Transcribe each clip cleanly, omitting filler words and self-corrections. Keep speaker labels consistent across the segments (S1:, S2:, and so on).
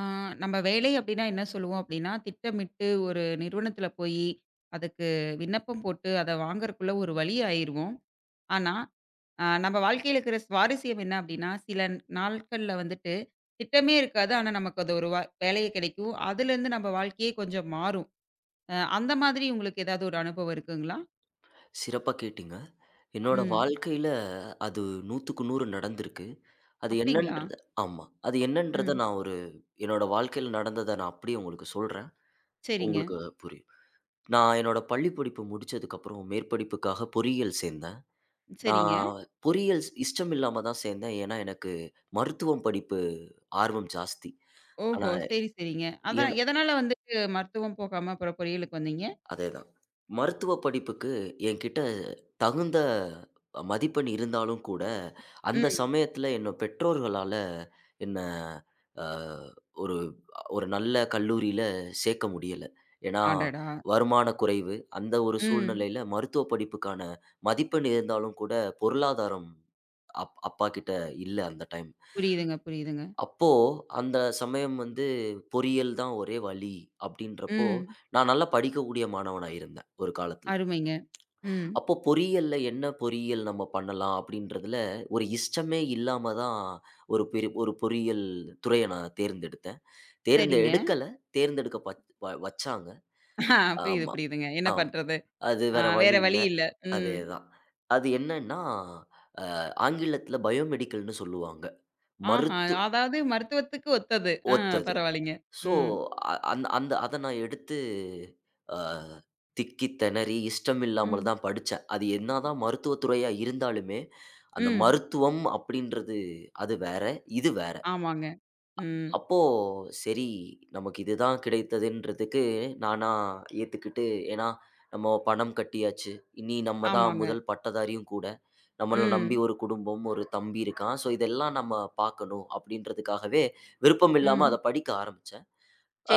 S1: ஆ, நம்ம வேலை அப்படின்னா என்ன சொல்லுவோம் அப்படின்னா, திட்டமிட்டு ஒரு நிறுவனத்தில போயி, அதுக்கு விண்ணப்பம் போட்டு அத வாங்குறக்குள்ள ஒரு வழி ஆயிருவோம். ஆனா, நம்ம வாழ்க்கையில இருக்கிற சுவாரஸ்யம் என்ன அப்படின்னா, சில நாட்கள்ல வந்துட்டு திட்டமே இருக்காது. ஆனா, நமக்கு அது ஒரு வேலையே கிடைக்கும். அதுலேருந்து நம்ம வாழ்க்கையே கொஞ்சம் மாறும். அந்த மாதிரி உங்களுக்கு ஏதாவது ஒரு அனுபவம் இருக்குங்களா?
S2: சிறப்பா கேட்டீங்க. என்னோட
S1: ம்.
S2: வாழ்க்கையில அது 100க்கு 100 நடந்திருக்கு. அது
S1: அப்படிங்களா?
S2: என்னன்றத ஆமா. அது என்னன்றத
S1: ம்.
S2: நான் ஒரு என்னோட வாழ்க்கையில நடந்தத நான் அப்படியே உங்களுக்கு சொல்றேன்.
S1: சரிங்க,
S2: உங்களுக்கு புரியும். நான் என்னோட பள்ளி படிப்பு முடிச்சதுக்கப்புறம் மேற்படிப்புக்காக பொறியியல் சேர்ந்தேன்.
S1: சரிங்க.
S2: நான் பொறியியல் இஷ்டம் இல்லாம தான் சேர்ந்தேன். ஏன்னா, எனக்கு மருத்துவம் படிப்பு ஆர்வம் ஜாஸ்தி. ஆனா,
S1: ஓஹோ! சரி, சரிங்க.
S2: எ
S1: அதான் எதனால வந்துட்டு மருத்துவம் போகாம அப்புறம் பொறியியலுக்கு வந்தீங்க?
S2: அதேதான். மருத்துவ படிப்புக்கு என்கிட்ட தகுந்த மதிப்பெண் இருந்தாலும் கூட, அந்த
S1: ம்.
S2: சமயத்தில என்னோட பெற்றோர்களால என்ன அ ஒரு ஒரு நல்ல கல்லூரியில சேர்க்க முடியல. ஏன்னா,
S1: அடடா!
S2: வருமான குறைவு. அந்த ஒரு
S1: ம்.
S2: சூழ்நிலையில மருத்துவ படிப்புக்கான மதிப்பெண் இருந்தாலும் கூட பொருளாதாரம் அப்பா கிட்ட இல்ல அந்த டைம்.
S1: புரியுதுங்க, புரியுதுங்க.
S2: அப்போ, அந்த சமயம் வந்து பொறியியல் தான் ஒரே வழி அப்படின்றப்போ,
S1: ம்.
S2: நான் நல்லா படிக்கக்கூடிய மாணவனா இருந்தேன் ஒரு காலத்துல.
S1: அருமைங்க. ம்.
S2: அப்போ பொறியியல்ல என்ன பொறியியல் நம்ம பண்ணலாம் அப்படின்றதுல ஒரு இஷ்டமே இல்லாம தான் ஒரு பொறியியல் துறைய நான் தேர்ந்தெடுத்தேன். தேர்ந்து
S1: சரிங்க.
S2: எடுக்கல, தேர்ந்தெடுக்க பத் வ வச்சாங்க.
S1: ஆ புரியுது,
S2: ஆமா.
S1: புரியுதுங்க. என்ன
S2: ஆம்.
S1: பண்றது?
S2: அது
S1: ஆ
S2: வேற வழி
S1: வேற
S2: இல்ல.
S1: வழி இல்ல. ம்.
S2: அதேதான். அது என்னன்னா, ஆங்கிலத்துல பயோமெடிக்கல்னு சொல்லுவாங்க.
S1: ஆஹா!
S2: மருத்து
S1: அதாவது மருத்துவத்துக்கு ஒத்தது. ஆ
S2: ஒத்தது.
S1: பரவாயில்லைங்க.
S2: ஸோ,
S1: ம்.
S2: அ அந்த அந்த அத நான் எடுத்து அ திக்கி திணறி இஷ்டம் இல்லாமல்
S1: ம்.
S2: தான் படிச்சேன். அது என்னதான் மருத்துவத் துறையா இருந்தாலுமே, அந்த
S1: ம்.
S2: மருத்துவம் அப்படின்றது அது வேற, இது வேற.
S1: ஆமாங்க. ம்.
S2: அப்போ சரி நமக்கு இதுதான் கிடைத்ததுன்றதுக்கு நானா ஏத்துக்கிட்டு ஏன்னா நம்ம பணம் கட்டியாச்சு. இனி நம்ம தான்
S1: ஆமாங்க.
S2: முதல் பட்டதாரியும் கூட. நம்மள நம்பி
S1: ம்.
S2: ஒரு குடும்பம், ஒரு தம்பி இருக்கான். ஸோ இதெல்லாம் நம்ம பார்க்கணும் அப்படின்றதுக்காகவே விருப்பம் இல்லாம
S1: ம்.
S2: அத படிக்க ஆரம்பிச்சேன்.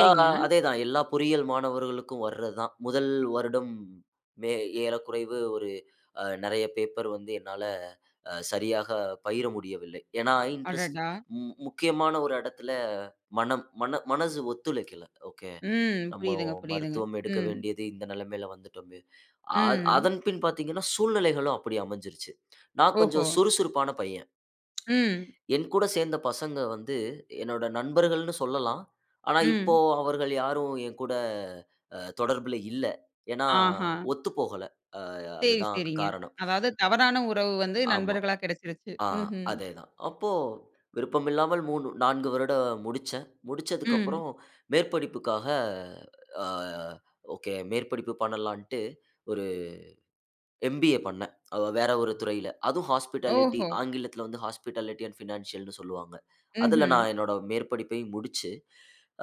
S2: ஆ, ஆ, அதேதான். எல்லா பொறியியல் மாணவர்களுக்கும் வர்றதுதான். முதல் வருடம் மே ஏறக்குறைவு ஒரு நெறைய பேப்பர் வந்து என்னால சரியாக பயிர முடியவில்லை. ஏன்னா இன்ட்ரெஸ்ட்
S1: அடடா!
S2: மு முக்கியமான ஒரு இடத்துல மனம் மன மனசு ஒத்துழைக்கல. ஓகே.
S1: ம்.
S2: நம்ம
S1: புரியுதுங்க, புரியுதுங்க.
S2: மருத்துவம் எடுக்க
S1: ம்.
S2: வேண்டியது இந்த நிலைமையில வந்துட்டோமே. அ
S1: ம்.
S2: அதன் பின் பார்த்தீங்கன்னா, சூழ்நிலைகளும் அப்படி அமைஞ்சிருச்சு. நான்
S1: ஓஹோ!
S2: கொஞ்சம் சுறுசுறுப்பான பையன்.
S1: ம்.
S2: என் கூட சேர்ந்த பசங்க வந்து என்னோட நண்பர்கள்னு சொல்லலாம். ஆனா, இப்போ
S1: ம்.
S2: அவர்கள் யாரும் என் கூட தொடர்புல இல்ல. ஏன்னா,
S1: ஆஹா!
S2: ஒத்து போகல. அ
S1: சரி,
S2: அதுதான்
S1: சரிங்க.
S2: காரணம்.
S1: அதாவது தவறான உறவு வந்து
S2: ஆமா.
S1: நண்பர்களா கிடைச்சிருச்சு.
S2: ஆ
S1: ம்ஹ்ம்.
S2: அதேதான். அப்போ விருப்பமில்லாமல் 3 4 வருடம் முடிச்சேன்.
S1: ம்.
S2: முடிச்சதுக்கப்புறம் மேற்படிப்புக்காக அ ஓகே மேற்படிப்பு பண்ணலான்ட்டு ஒரு எம்பிஏ பண்ணேன். வேற ஒரு துறையில. அதுவும் ஹாஸ்பிட்டாலிட்டி
S1: ஓஹோ!
S2: ஆங்கிலத்தில வந்து ஹாஸ்பிட்டாலிட்டி அண்ட் ஃபினான்ஷியல்னு சொல்லுவாங்க. அதில
S1: ம்ஹ்ம்.
S2: நான் என்னோட மேற்படிப்பையும் முடிச்சு,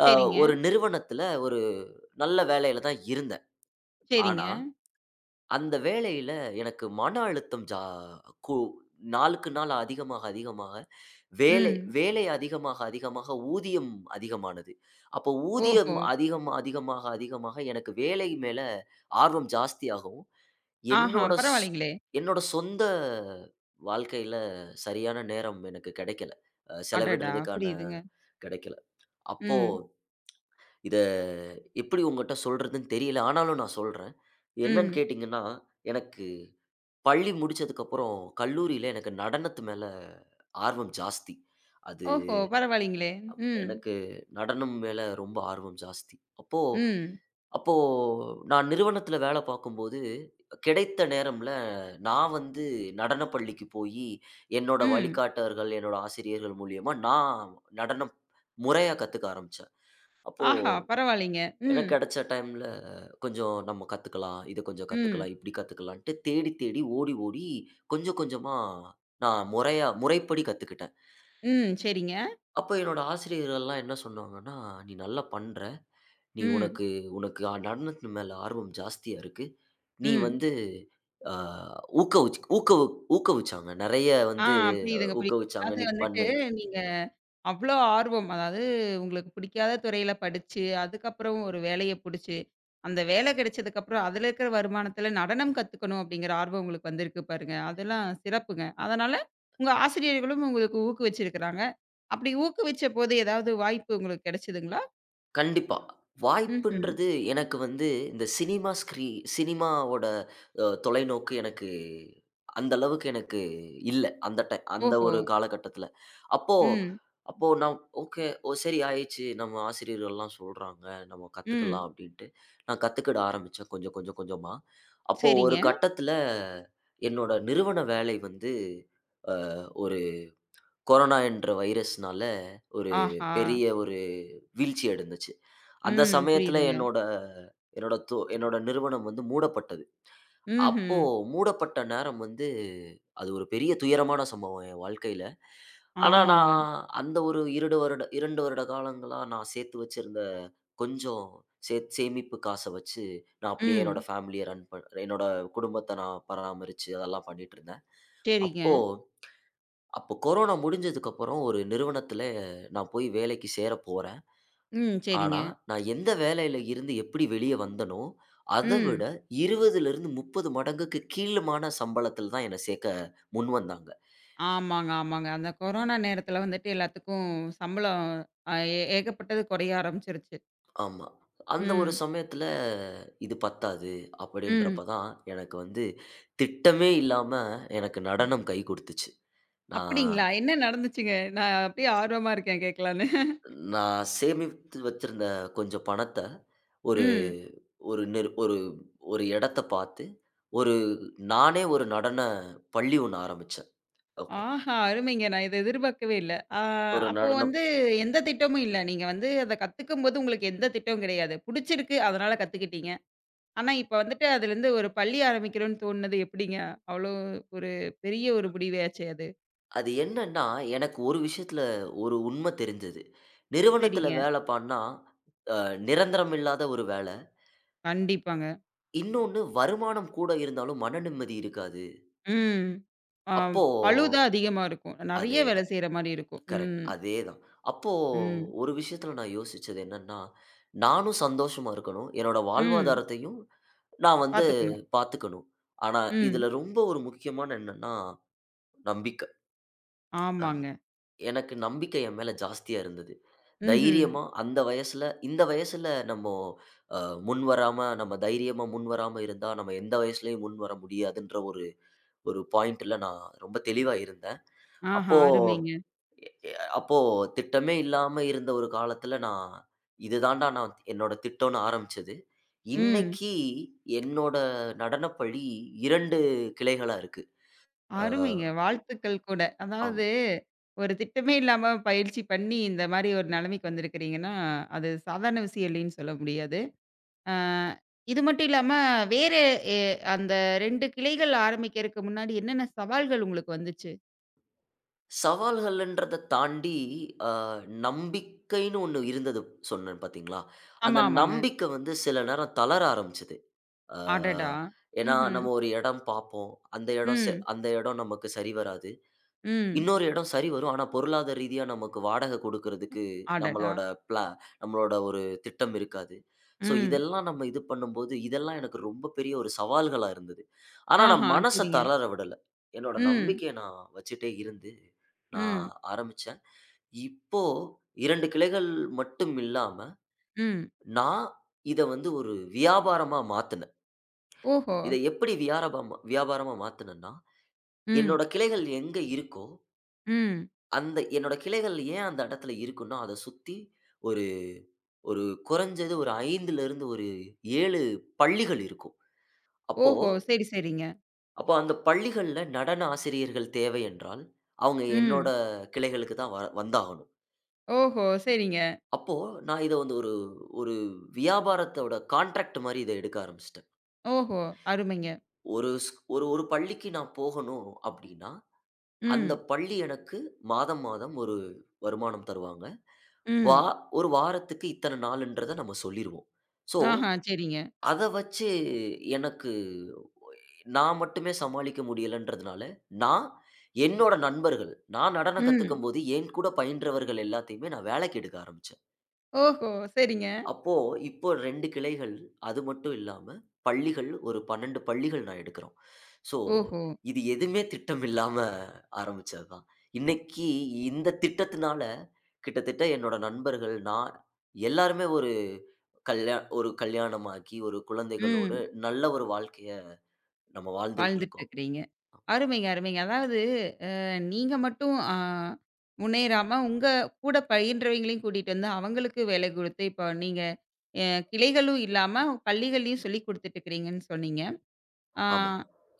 S2: அ
S1: சரிங்க,
S2: ஒரு நிறுவனத்தில ஒரு நல்ல வேலையில தான் இருந்தேன்.
S1: சரிங்க.
S2: ஆனா, அந்த வேலையில எனக்கு மன அழுத்தம் ஜா கு நாளுக்கு நாள் அதிகமாக, அதிகமாக வேலை
S1: ம்.
S2: வேலை அதிகமாக, அதிகமாக ஊதியம் அதிகமானது. அப்போ ஊதியம்
S1: ஓஹோ!
S2: அதிகம் அதிகமாக, அதிகமாக எனக்கு வேலை மேல ஆர்வம் ஜாஸ்தியாகவும்,
S1: ஆஹா!
S2: என்னோட ஸ்
S1: பரவாயில்லைங்களே!
S2: என்னோட சொந்த வாழ்க்கையில சரியான நேரம் எனக்கு கிடைக்கல.
S1: அடடா!
S2: செலவிடுறதுக்கான
S1: புரியுதுங்க.
S2: கிடைக்கல. அப்போ
S1: ம்,
S2: இத எப்படி உங்கட்ட சொல்றதுன்னு தெரியல. ஆனாலும் நான் சொல்றேன். என்னன்னு
S1: ம்.
S2: கேட்டீங்கன்னா, எனக்கு பள்ளி முடிச்சதுக்கப்புறம் கல்லூரியில எனக்கு நடனத்து மேல ஆர்வம் ஜாஸ்தி. அது
S1: ஓஹோ! பரவாயில்லைங்களே! ம்,
S2: எனக்கு நடனம் மேல ரொம்ப ஆர்வம் ஜாஸ்தி. அப்போ
S1: ம்,
S2: அப்போ நான் நிறுவனத்துல வேல பார்க்கும்போது, கிடைத்த நேரம்ல நான் வந்து நடனப் பள்ளிக்கு போயி, என்னோட
S1: ம்.
S2: வழிகாட்டர்கள், என்னோட ஆசிரியர்கள் மூலியமா நான் நடனம் முறையா கத்துக்க ஆரம்பிச்சேன். அப்போ
S1: ஆஹா! பரவாயில்லைங்க.
S2: எனக்கு
S1: ம்,
S2: கிடைச்ச டைம்ல கொஞ்சம் நம்ம கத்துக்கலாம், இத கொஞ்சம்
S1: ம்,
S2: கத்துக்கலாம், இப்படி கத்துக்கலான்ட்டு தேடி தேடி ஓடி ஓடி கொஞ்சம் கொஞ்சமா நான் முறையா முறைப்படி கத்துக்கிட்டேன்.
S1: ம். சரிங்க.
S2: அப்ப என்னோட ஆசிரியர்கள்லாம் என்ன சொன்னாங்கன்னா, "நீ நல்லா பண்ற. நீ
S1: ம்,
S2: உனக்கு உனக்கு அ நடனத்து மேல ஆர்வம் ஜாஸ்தியா இருக்கு. நீ
S1: ம்.
S2: வந்து அ ஊக்கவிச் ஊக்கவு ஊக்கவிச்சாங்க. நெறைய
S1: ஆ
S2: வந்து
S1: புரியுதுங்க, புரியுது.
S2: ஊக்கவிச்சாங்க.
S1: அதாவது
S2: "நீ
S1: வந்துட்டு
S2: பண்ணு."
S1: நீங்க அவ்ளோ ஆர்வம். அதாவது உங்களுக்கு பிடிக்காத துறையில படிச்சு, அதுக்கப்புறம் ஒரு வேலைய புடிச்சு, அந்த வேலை கிடைச்சதுக்கப்புறம் அதுல இருக்கிற வருமானத்துல நடனம் கத்துக்கணும் அப்படிங்கிற ஆர்வம் உங்களுக்கு வந்திருக்கு பாருங்க. அதெல்லாம் சிறப்புங்க. அதனால உங்க ஆசிரியர்களும் உங்களுக்கு ஊக்குவிச்சிருக்கிறாங்க. அப்படி ஊக்குவிச்சபோது ஏதாவது வாய்ப்பு உங்களுக்கு கிடைச்சதுங்களா?
S2: கண்டிப்பா.
S1: ம்ஹ்ம்.
S2: வாய்ப்புன்றது எனக்கு வந்து இந்த சினிமாவோட தொலைநோக்கு எனக்கு அந்த அளவுக்கு எனக்கு இல்ல. அந்த
S1: ஓஹோ!
S2: ஒரு காலகட்டத்தில. அப்போ
S1: ம்,
S2: அப்போ நான் ஓகே. ஓ! சரி ஆயிருச்சு. நம்ம ஆசிரியர்கள்லாம் சொல்றாங்க. நம்ம
S1: ம்.
S2: கத்துக்கலாம் அப்டின்ட்டு, நான் கத்துக்கிட ஆரம்பிச்சேன் கொஞ்சம் கொஞ்சம் கொஞ்சமா. அப்போ ஒரு
S1: சரிங்க.
S2: கட்டத்துல என்னோட நிறுவன வேலை வந்து அ ஒரு கொரோனா என்ற வைரஸ்னால ஒரு
S1: ஆஹா!
S2: பெரிய ஒரு வீழ்ச்சி அடைந்துச்சு. அந்த
S1: ம்.
S2: சமயத்துல
S1: புரியுதுங்க.
S2: என்னோட என்னோட தோ என்னோட நிறுவனம் வந்து மூடப்பட்டது.
S1: ம்ஹ்ம்.
S2: அப்போ மூடப்பட்ட நேரம் வந்து, அது ஒரு பெரிய துயரமான சம்பவம் என் வாழ்க்கையில. ஆனா,
S1: ஆமாங்க.
S2: நான் அந்த ஒரு 2 வருட காலங்களா நான் சேர்த்து வச்சிருந்த கொஞ்சம் சேமிப்பு காச வச்சு, நான் அப்படியே
S1: ம்.
S2: என்னோட குடும்பத்த நான் பராமரிச்சு அதெல்லாம் பண்ணிட்டு இருந்தேன்.
S1: சரிங்க.
S2: அப்போ அப்போ கொரோனா முடிஞ்சதுக்கப்புறம் ஒரு நிறுவனத்தில நான் போய் வேலைக்கு சேர போறேன்.
S1: ம்.
S2: ஆனா,
S1: சரிங்க.
S2: நான் எந்த வேலையில இருந்து எப்படி வெளிய வந்தனோ, அத விட
S1: ம்.
S2: 20லிருந்து 30 மடங்குக்கு கீழுமான சம்பளத்தில தான் என்ன சேர்க்க முன்வந்தாங்க.
S1: ஆமாங்க, ஆமாங்க. அந்த கொரோனா நேரத்துல வந்துட்டு எல்லாத்துக்கும் சம்பளம் அ ஏ ஏகப்பட்டது குறைய ஆரம்பிச்சுருச்சு.
S2: ஆமா. அந்த ஒரு
S1: ம்,
S2: சமயத்தில இது பத்தாது அப்படின்றப்ப
S1: ம்.
S2: தான் எனக்கு வந்து திட்டமே இல்லாம எனக்கு நடனம் கை கொடுத்துச்சு. நான்
S1: அப்படிங்களா? என்ன நடந்துச்சுங்க? நான் அப்படியே ஆர்வமா இருக்கேன் கேட்கலான்னு.
S2: நான் சேமித்து வச்சிருந்த கொஞ்சம் பணத்த ஒரு
S1: ம்.
S2: ஒரு நிறு ஒரு ஒரு இடத்த பார்த்து, ஒரு நானே ஒரு நடன பள்ளி ஒண்ணு ஆரம்பிச்சேன். ஓகே.
S1: ஆஹா! அருமைங்க. நான் இத எதிர்பார்க்கவே இல்ல. ஆ
S2: ஒரு
S1: அப்போ
S2: நடனம்.
S1: வந்து எந்த திட்டமும் இல்ல. நீங்க வந்து அத கத்துக்கும்போது உங்களுக்கு எந்த திட்டமும் கிடையாது. புடிச்சிருக்கு, அதனால கத்துக்கிட்டீங்க. ஆனா இப்ப வந்துட்டு அதுலருந்து ஒரு பள்ளி ஆரம்பிக்கிறோம்ன்னு தோணுனது எப்படிங்க? அவ்வளோ ஒரு பெரிய ஒரு முடிவாச்சே அது.
S2: அது என்னன்னா, எனக்கு ஒரு விஷயத்துல ஒரு உண்ம தெரிஞ்சது. நிறுவனத்துல
S1: சரிங்க.
S2: வேல பண்ணா, அ நிரந்தரம் இல்லாத ஒரு வேல.
S1: கண்டிப்பாங்க.
S2: இன்னொன்னு வருமானம் கூட இருந்தாலும் மன நிம்மதி இருக்காது.
S1: ம். ஆ
S2: அப்போ
S1: பளு தான் அதிகமா இருக்கும். நெறைய வேல
S2: அதேதான்.
S1: செய்ற மாரி இருக்கும்.
S2: கரெக்ட்.
S1: ம்,
S2: அதேதான். அப்போ
S1: ம்,
S2: ஒரு விஷயத்துல நான் யோசிச்சது என்னன்னா, நானும் சந்தோஷமா இருக்கணும். என்னோட
S1: ம்.
S2: வாழ்வாதாரத்தையும் நான் வந்து
S1: பாத்துக்கணும்.
S2: பாத்துக்கணும். ஆனா,
S1: ம்.
S2: இதுல ரொம்ப ஒரு முக்கியமான என்னன்னா, நம்பிக்கை. அ
S1: ஆமாங்க.
S2: எனக்கு நம்பிக்கை என் மேல ஜாஸ்தியா இருந்தது.
S1: ம்ஹ்ம்.
S2: தைரியமா அந்த வயசுல இந்த வயசுல நம்ம அ முன் வராம நம்ம தைரியமா முன் வராம இருந்தா, நம்ம எந்த வயசுலயும் முன் வர முடியாதுன்ற ஒரு ஒரு பாயிண்ட்ல நான் ரொம்ப தெளிவா இருந்தேன்.
S1: ஆஹா!
S2: அப்போ
S1: அருமைங்க.
S2: எ அப்போ திட்டமே இல்லாம இருந்த ஒரு காலத்துல நான் இது தான்டா நான் என்னோட திட்டம்னு ஆரம்பிச்சது.
S1: ம்.
S2: இன்னைக்கு என்னோட நடனப்பள்ளி 2 கிளைகளா இருக்கு. அ
S1: அருமைங்க. வாழ்த்துக்கள் கூட.
S2: ஆமா.
S1: அதாவது ஒரு திட்டமே இல்லாம பயிற்சி பண்ணி இந்த மாரி ஒரு நெலைமைக்கு வந்திருக்கிறீங்கன்னா, அது சாதாரண விஷயம் இல்லைன்னு சொல்ல முடியாது. ஆ இது மட்டும் இல்லாம வேற எ அந்த 2 கிளைகள் ஆரம்பிக்கிறதுக்கு முன்னாடி என்னென்ன சவால்கள் உங்களுக்கு வந்துச்சு?
S2: சவால்கள்ன்றத தாண்டி, அ நம்பிக்கைன்னு ஒண்ணு இருந்தது சொன்னேன் பார்த்தீங்களா? அந்த
S1: ஆமா, ஆமாங்க.
S2: நம்பிக்கை வந்து சில நேரம் தளர ஆரம்பிச்சது. அ
S1: அடடா!
S2: ஏன்னா
S1: ம்ஹ்ம்.
S2: நம்ம ஒரு இடம் பார்ப்போம்.
S1: ம்.
S2: அந்த இடம் நமக்கு சரி வராது.
S1: ம்.
S2: இன்னொரு இடம் சரி வரும். ஆனா, பொருளாதார ரீதியா நமக்கு வாடகை குடுக்குறதுக்கு
S1: அடடா!
S2: நம்மளோட பிளா நம்மளோட ஒரு திட்டம் இருக்காது. ஸோ
S1: ம்.
S2: இதெல்லாம் நம்ம இது பண்ணும்போது, இதெல்லாம் எனக்கு ரொம்ப பெரிய ஒரு சவால்களா இருந்தது. ஆனா, நான்
S1: ஆஹா,
S2: மனச
S1: சரிங்க.
S2: தளர விடல. என்னோட
S1: ம்,
S2: நம்பிக்கைய நான் வச்சுட்டே இருந்து நான்
S1: ம்,
S2: ஆரம்பிச்சேன். இப்போ 2 கிளைகள் மட்டும் இல்லாம,
S1: ம்.
S2: நான் இத வந்து ஒரு வியாபாரமா மாத்துனேன்.
S1: ஓஹோ!
S2: இத எப்படி வியாபாரமா மாத்துனேன்னா,
S1: ம்,
S2: என்னோட கிளைகள் எங்க இருக்கோ,
S1: ம்.
S2: அந்த என்னோட கிளைகள் ஏன் அந்த இடத்துல இருக்குன்னா, அத சுத்தி ஒரு ஒரு குறைஞ்சது ஒரு 5லிருந்து ஒரு 7 பள்ளிகள் இருக்கும். அப்போ
S1: ஓஹோ! சரி, சரிங்க.
S2: அப்போ அந்த பள்ளிகள்ல நடன ஆசிரியர்கள் தேவை என்றால், அவங்க என்னோட
S1: ம்.
S2: கிளைகளுக்கு தான் வந்தாகணும்.
S1: ஓஹோ! சரிங்க.
S2: அப்போ நான் இத வந்து ஒரு ஒரு வியாபாரத்தோட கான்ட்ராக்ட் மாரி இத எடுக்க ஆரம்பிச்சுட்டேன்.
S1: ஓஹோ! அருமைங்க.
S2: ஒரு ஸ் ஒரு ஒரு பள்ளிக்கு நான் போகணும் அப்டின்னா, அந்த
S1: ம்,
S2: பள்ளி எனக்கு மாதம், மாதம் ஒரு வருமானம் தருவாங்க. வா
S1: ம்.
S2: ஒரு வாரத்துக்கு இத்தன நாளுன்றத நம்ம சொல்லிருவோம். ஸோ,
S1: ஆஹா, சரிங்க.
S2: அத வச்சு எனக்கு நான் மட்டுமே சமாளிக்க முடியலன்றதுனால, நான் என்னோட நண்பர்கள் நான் நடனம்
S1: ம்.
S2: கத்துக்கும்போது என் கூட பயின்றவர்கள் எல்லாத்தையுமே நான் வேலைக்கு எடுக்க ஆரம்பிச்சேன்.
S1: ஓஹோ! சரிங்க.
S2: அப்போ, இப்போ 2 கிளைகள். அது மட்டும் இல்லாம, பள்ளிகள் ஒரு 12 பள்ளிகள் நான் எடுக்கிறோம். ஸோ,
S1: ஓஹோ!
S2: இது எதுவுமே திட்டமில்லாம ஆரம்பிச்சது தான். இன்னைக்கு இந்த திட்டத்தினால கிட்டத்தட்ட என்னோட நண்பர்கள், நான் எல்லாருமே ஒரு கல்யாணமாகி, ஒரு குழந்தைகளோடு
S1: ம்.
S2: நல்ல ஒரு வாழ்க்கைய நம்ம வாழ்ந்துட்டு இருக்கோம்.
S1: வாழ்ந்துட்டுருக்கிறீங்க. அருமைங்க, அருமைங்க. அதாவது அ நீங்க மட்டும் முன்னேறாம, உங்க கூட பயின்றவைங்களையும் கூட்டிட்டு வந்து அவங்களுக்கு வேலை குடுத்து, இப்போ நீங்க அ கிளைகளும் இல்லாம பள்ளிகள்லயும் சொல்லிக் குடுத்துட்டு இருக்கிறீங்கன்னு சொன்னீங்க. ஆ
S2: ஆமா.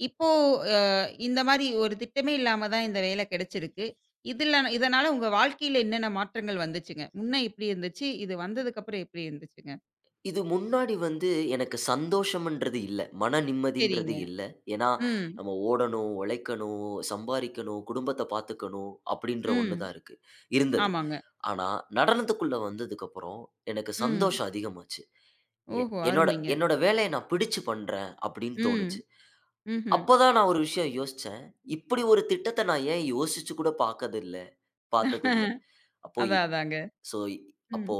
S1: இப்போ அ இந்த மாரி ஒரு திட்டமே இல்லாம தான் இந்த வேலை கிடைச்சிருக்கு. இதுல இதனால உங்க வாழ்க்கையில என்னென்ன மாற்றங்கள் வந்துச்சுங்க? முன்ன எப்படி இருந்துச்சு? இது வந்ததுக்கப்புறம் எப்படி இருந்துச்சுங்க?
S2: இது முன்னாடி வந்து எனக்கு சந்தோஷம்ன்றது இல்ல. மன
S1: சரிங்க.
S2: நிம்மதின்றது இல்ல. ஏன்னா,
S1: ம்.
S2: நம்ம ஓடணும், உழைக்கணும், சம்பாரிக்கணும், குடும்பத்த பார்த்துக்கணும் அப்படின்ற ஒண்ணு
S1: ம்.
S2: தான் இருந்தது.
S1: ஆமாங்க.
S2: ஆனா, நடனத்துக்குள்ள வந்ததுக்கப்புறம் எனக்கு
S1: ம்.
S2: சந்தோஷம் அதிகமாச்சு. எ
S1: ஓஹோ!
S2: என்னோட
S1: அருமைங்க.
S2: என்னோட வேலைய நான் பிடிச்சு பண்றேன் அப்படின்னு
S1: ம்.
S2: தோணுச்சு.
S1: ம்ஹ்ம்.
S2: அப்ப தான் நான் ஒரு விஷயம் யோசிச்சேன். இப்படி ஒரு திட்டத்த நான் ஏன் யோசிச்சு கூட பார்த்ததில்ல. அப்போ எ
S1: அதான் அதாங்க.
S2: ஸோ, அப்போ
S1: ம்.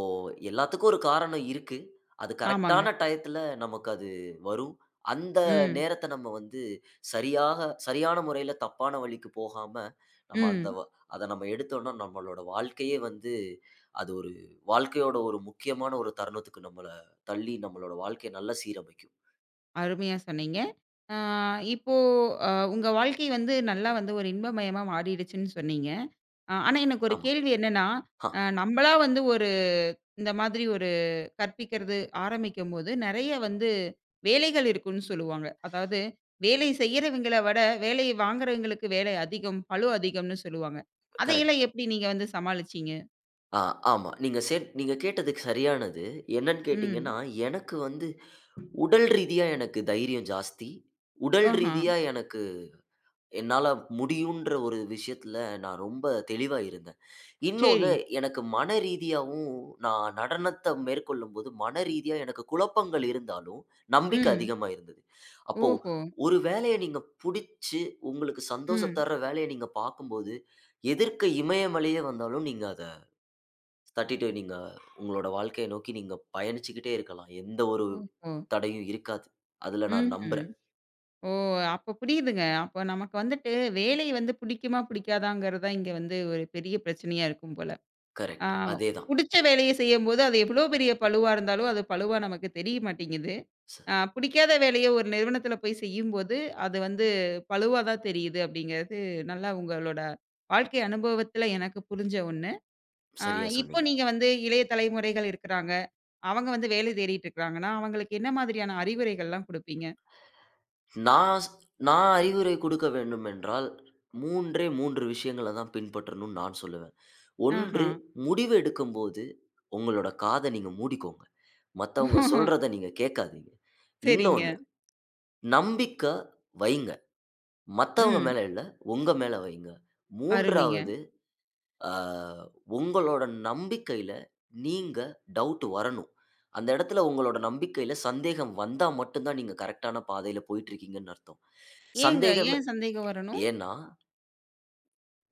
S2: எல்லாத்துக்கும் ஒரு காரணம் இருக்கு. அது
S1: ஆமாங்க.
S2: கரெக்டான டயத்துல நமக்கு அது வரும். அந்த
S1: ம்.
S2: நேரத்த நம்ம வந்து சரியாக சரியான முறையில தப்பான வழிக்கு போகாம, நம்ம அந்த
S1: ம்.
S2: வ அத நம்ம எடுத்தோம்னா, நம்மளோட வாழ்க்கையே வந்து அது ஒரு வாழ்க்கையோட ஒரு முக்கியமான ஒரு தருணத்துக்கு நம்மள தள்ளி நம்மளோட வாழ்க்கைய நல்லா சீரமைக்கும்.
S1: அருமையா சொன்னீங்க. ஆ இப்போ உங்க வாழ்க்கை வந்து நல்லா வந்து ஒரு இன்பமயமா மாறிடுச்சுன்னு சொன்னீங்க. ஆனா எனக்கு ஒரு
S2: ஆமா.
S1: கேள்வி என்னன்னா,
S2: ஆ
S1: நம்பளா வந்து ஒரு இந்த மாதிரி ஒரு கற்பிக்கிறது ஆரம்பிக்கும்போது, நெறைய வந்து வேலைகள் இருக்குன்னு சொல்லுவாங்க. அதாவது வேலை செய்யறவங்கள விட, வேலைய வாங்குறவங்களுக்கு வேலை அதிகம், பளு அதிகம்னு சொல்லுவாங்க.
S2: கரெக்ட்.
S1: அதையெல்லாம் எப்படி நீங்க வந்து சமாளிச்சீங்க?
S2: ஆ ஆமா. நீங்க செட் நீங்க கேட்டதுக்கு சரியானது. என்னன்னு
S1: ம்.
S2: கேட்டீங்கன்னா, எனக்கு வந்து உடல் ரீதியா எனக்கு தைரியம் ஜாஸ்தி. உடல்
S1: ஆஹா.
S2: ரீதியா எனக்கு என்னால முடியுன்ற ஒரு விஷயத்துல நான் ரொம்ப தெளிவா இருந்தேன். இன்னொன்னு
S1: சரிங்க.
S2: எனக்கு மன ரீதியாவும் நான் நடனத்த மேற்கொள்ளும்போது மன ரீதியா எனக்கு குழப்பங்கள் இருந்தாலும், நம்பிக்கை
S1: ம்.
S2: அதிகமா இருந்தது. அப்போ
S1: ஓஹோ!
S2: ஒரு வேலைய நீங்க புடிச்சு உங்களுக்கு சந்தோஷம்
S1: ம்.
S2: தர்ற வேலைய நீங்க பார்க்கும்போது, எதிர்க்க இமயமலையே வந்தாலும் நீங்க அத 32 நீங்க உங்களோட வாழ்க்கைய நோக்கி நீங்க பயணிச்சுக்கிட்டே இருக்கலாம். எந்த ஒரு
S1: ஓஹோ!
S2: தடையும் இருக்காது. அதுல நான்
S1: ம்ஹ்ம்.
S2: நம்புறேன்.
S1: ஓ! அப்ப புரியுதுங்க. அப்ப நமக்கு வந்துட்டு வேலை வந்து பிடிக்குமா, பிடிக்காதாங்கிறது தான் இங்க வந்து ஒரு பெரிய பிரச்சனையா இருக்கும் போல. ஆ
S2: கரெக்ட். அதேதான்.
S1: புடிச்ச வேலைய செய்யும்போது, அது எவ்வளோ பெரிய பளுவா இருந்தாலும், அது பளுவா நமக்கு தெரிய மாட்டேங்குது.
S2: ச
S1: ஆ பிடிக்காத வேலைய ஒரு நிறுவனத்தில போய் செய்யும்போது, அது வந்து பளுவா தான் தெரியுது அப்படிங்கிறது, நல்லா உங்களோட வாழ்க்கை அனுபவத்தில எனக்கு புரிஞ்ச ஒண்ணு. ஆ
S2: சரியா
S1: இப்போ
S2: சொன்னீங்க.
S1: நீங்க வந்து இளைய தலைமுறைகள் இருக்கிறாங்க. அவங்க வந்து வேலை தேடிட்டு இருக்கிறாங்கன்னா, அவங்களுக்கு என்ன மாதிரியான அறிவுரைகள்லாம் குடுப்பீங்க?
S2: நான் ஸ்- நான் அறிவுரை கொடுக்க வேண்டுமென்றால் 3ஏ 3 விஷயங்கள தான் பின்பற்றணும்னு நான் சொல்லுவேன். 1
S1: ஆஹா.
S2: முடிவு எடுக்கும்போது உங்களோட காத நீங்க மூடிக்கோங்க. மத்தவங்க சொல்றத நீங்க கேட்காதீங்க.
S1: சரிங்க.
S2: இன்னொன்னு நம்பிக்க வைங்க. மத்தவங்க
S1: ம்.
S2: மேல இல்ல, உங்க மேல வைங்க.
S1: அருமைங்க.
S2: 3வது ஆ, உங்களோட நம்பிக்கையில நீங்க டவுட் வரணும். அந்த இடத்துல உங்களோட நம்பிக்கையில சந்தேகம் வந்தா மட்டும் தான் நீங்க கரெக்ட்டான பாதையில போயிட்டு இருக்கீங்கன்னு அர்த்தம்.
S1: ஏங்க?
S2: சந்தேகமே
S1: ஏன் சந்தேகம் வரணும்?
S2: ஏன்னா,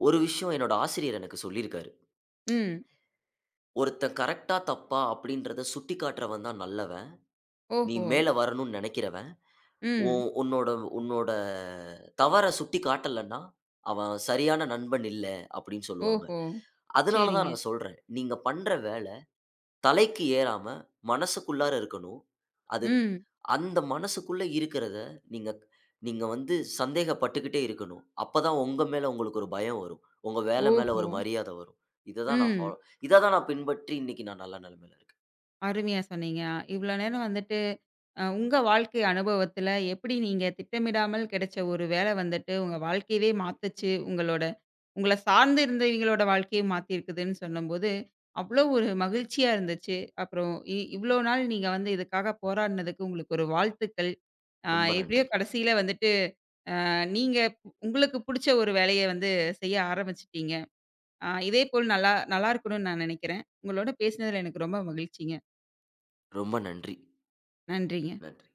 S2: ஒரு விஷயம் என்னோட ஆசிரியர் எனக்கு சொல்லியிருக்காரு.
S1: ம்.
S2: "ஒருத்தன் கரெக்ட்டா, தப்பா அப்படின்றத சுட்டிக்காட்டுறவன் தான் நல்லவன். நீ
S1: ஓஹோ!
S2: மேல வரணும்னு நினைக்கிறவன்,
S1: ம்.
S2: உன் உன்னோட உன்னோட தவற சுட்டிக்காட்டலன்னா, அவன் சரியான நண்பன் இல்ல" அப்படின்னு சொல்லுவாங்க.
S1: ஓஹோ!
S2: அதனால தான்
S1: சரிங்க.
S2: நான் சொல்றேன், நீங்க பண்ற வேல தலைக்கு ஏறாம, மனசுக்குள்ளார இருக்கணும். அது
S1: ம்.
S2: அந்த மனசுக்குள்ள இருக்கிறத நீங்க நீங்க வந்து சந்தேகப்பட்டுக்கிட்டே இருக்கணும். அப்பதான் உங்க மேல உங்களுக்கு ஒரு பயம் வரும். உங்க வேல மேல
S1: ஓஹோ!
S2: ஒரு மரியாதை வரும். இத தான் நான்
S1: ம்.
S2: ஃபாலோ இத தான் நான் பின்பற்றி இன்னைக்கு நான் நல்ல நிலைமையில இருக்கேன்.
S1: அருமையா சொன்னீங்க. இவ்வளோ நேரம் வந்துட்டு, உங்க வாழ்க்கை அனுபவத்தில எப்படி நீங்க திட்டமிடாமல் கிடைச்ச ஒரு வேலை வந்துட்டு, உங்க வாழ்க்கையவே மாத்துச்சு. உங்களோட உங்கள சார்ந்து இருந்தவங்களோட வாழ்க்கைய மாத்தியிருக்குதுன்னு சொன்னம்போது, அவ்வளோ ஒரு மகிழ்ச்சியா இருந்துச்சு. அப்புறம் இவ்வளோ நாள் நீங்க வந்து இதுக்காக போராடினதுக்கு உங்களுக்கு ஒரு வாழ்த்துக்கள். அ
S2: ரொம்ப
S1: எப்படியோ
S2: நன்றி.
S1: கடைசியில வந்துட்டு நீங்க உங்களுக்கு புடிச்ச ஒரு வேலைய வந்து செய்ய ஆரம்பிச்சுட்டீங்க. இதேபோல் நல்லா நல்லா இருக்கணும்னு நான் நெனைக்கிறேன். உங்களோட பேசினதுல எனக்கு ரொம்ப மகிழ்ச்சிங்க.
S2: ரொம்ப நன்றி.
S1: நன்றிங்க.
S2: நன்றி.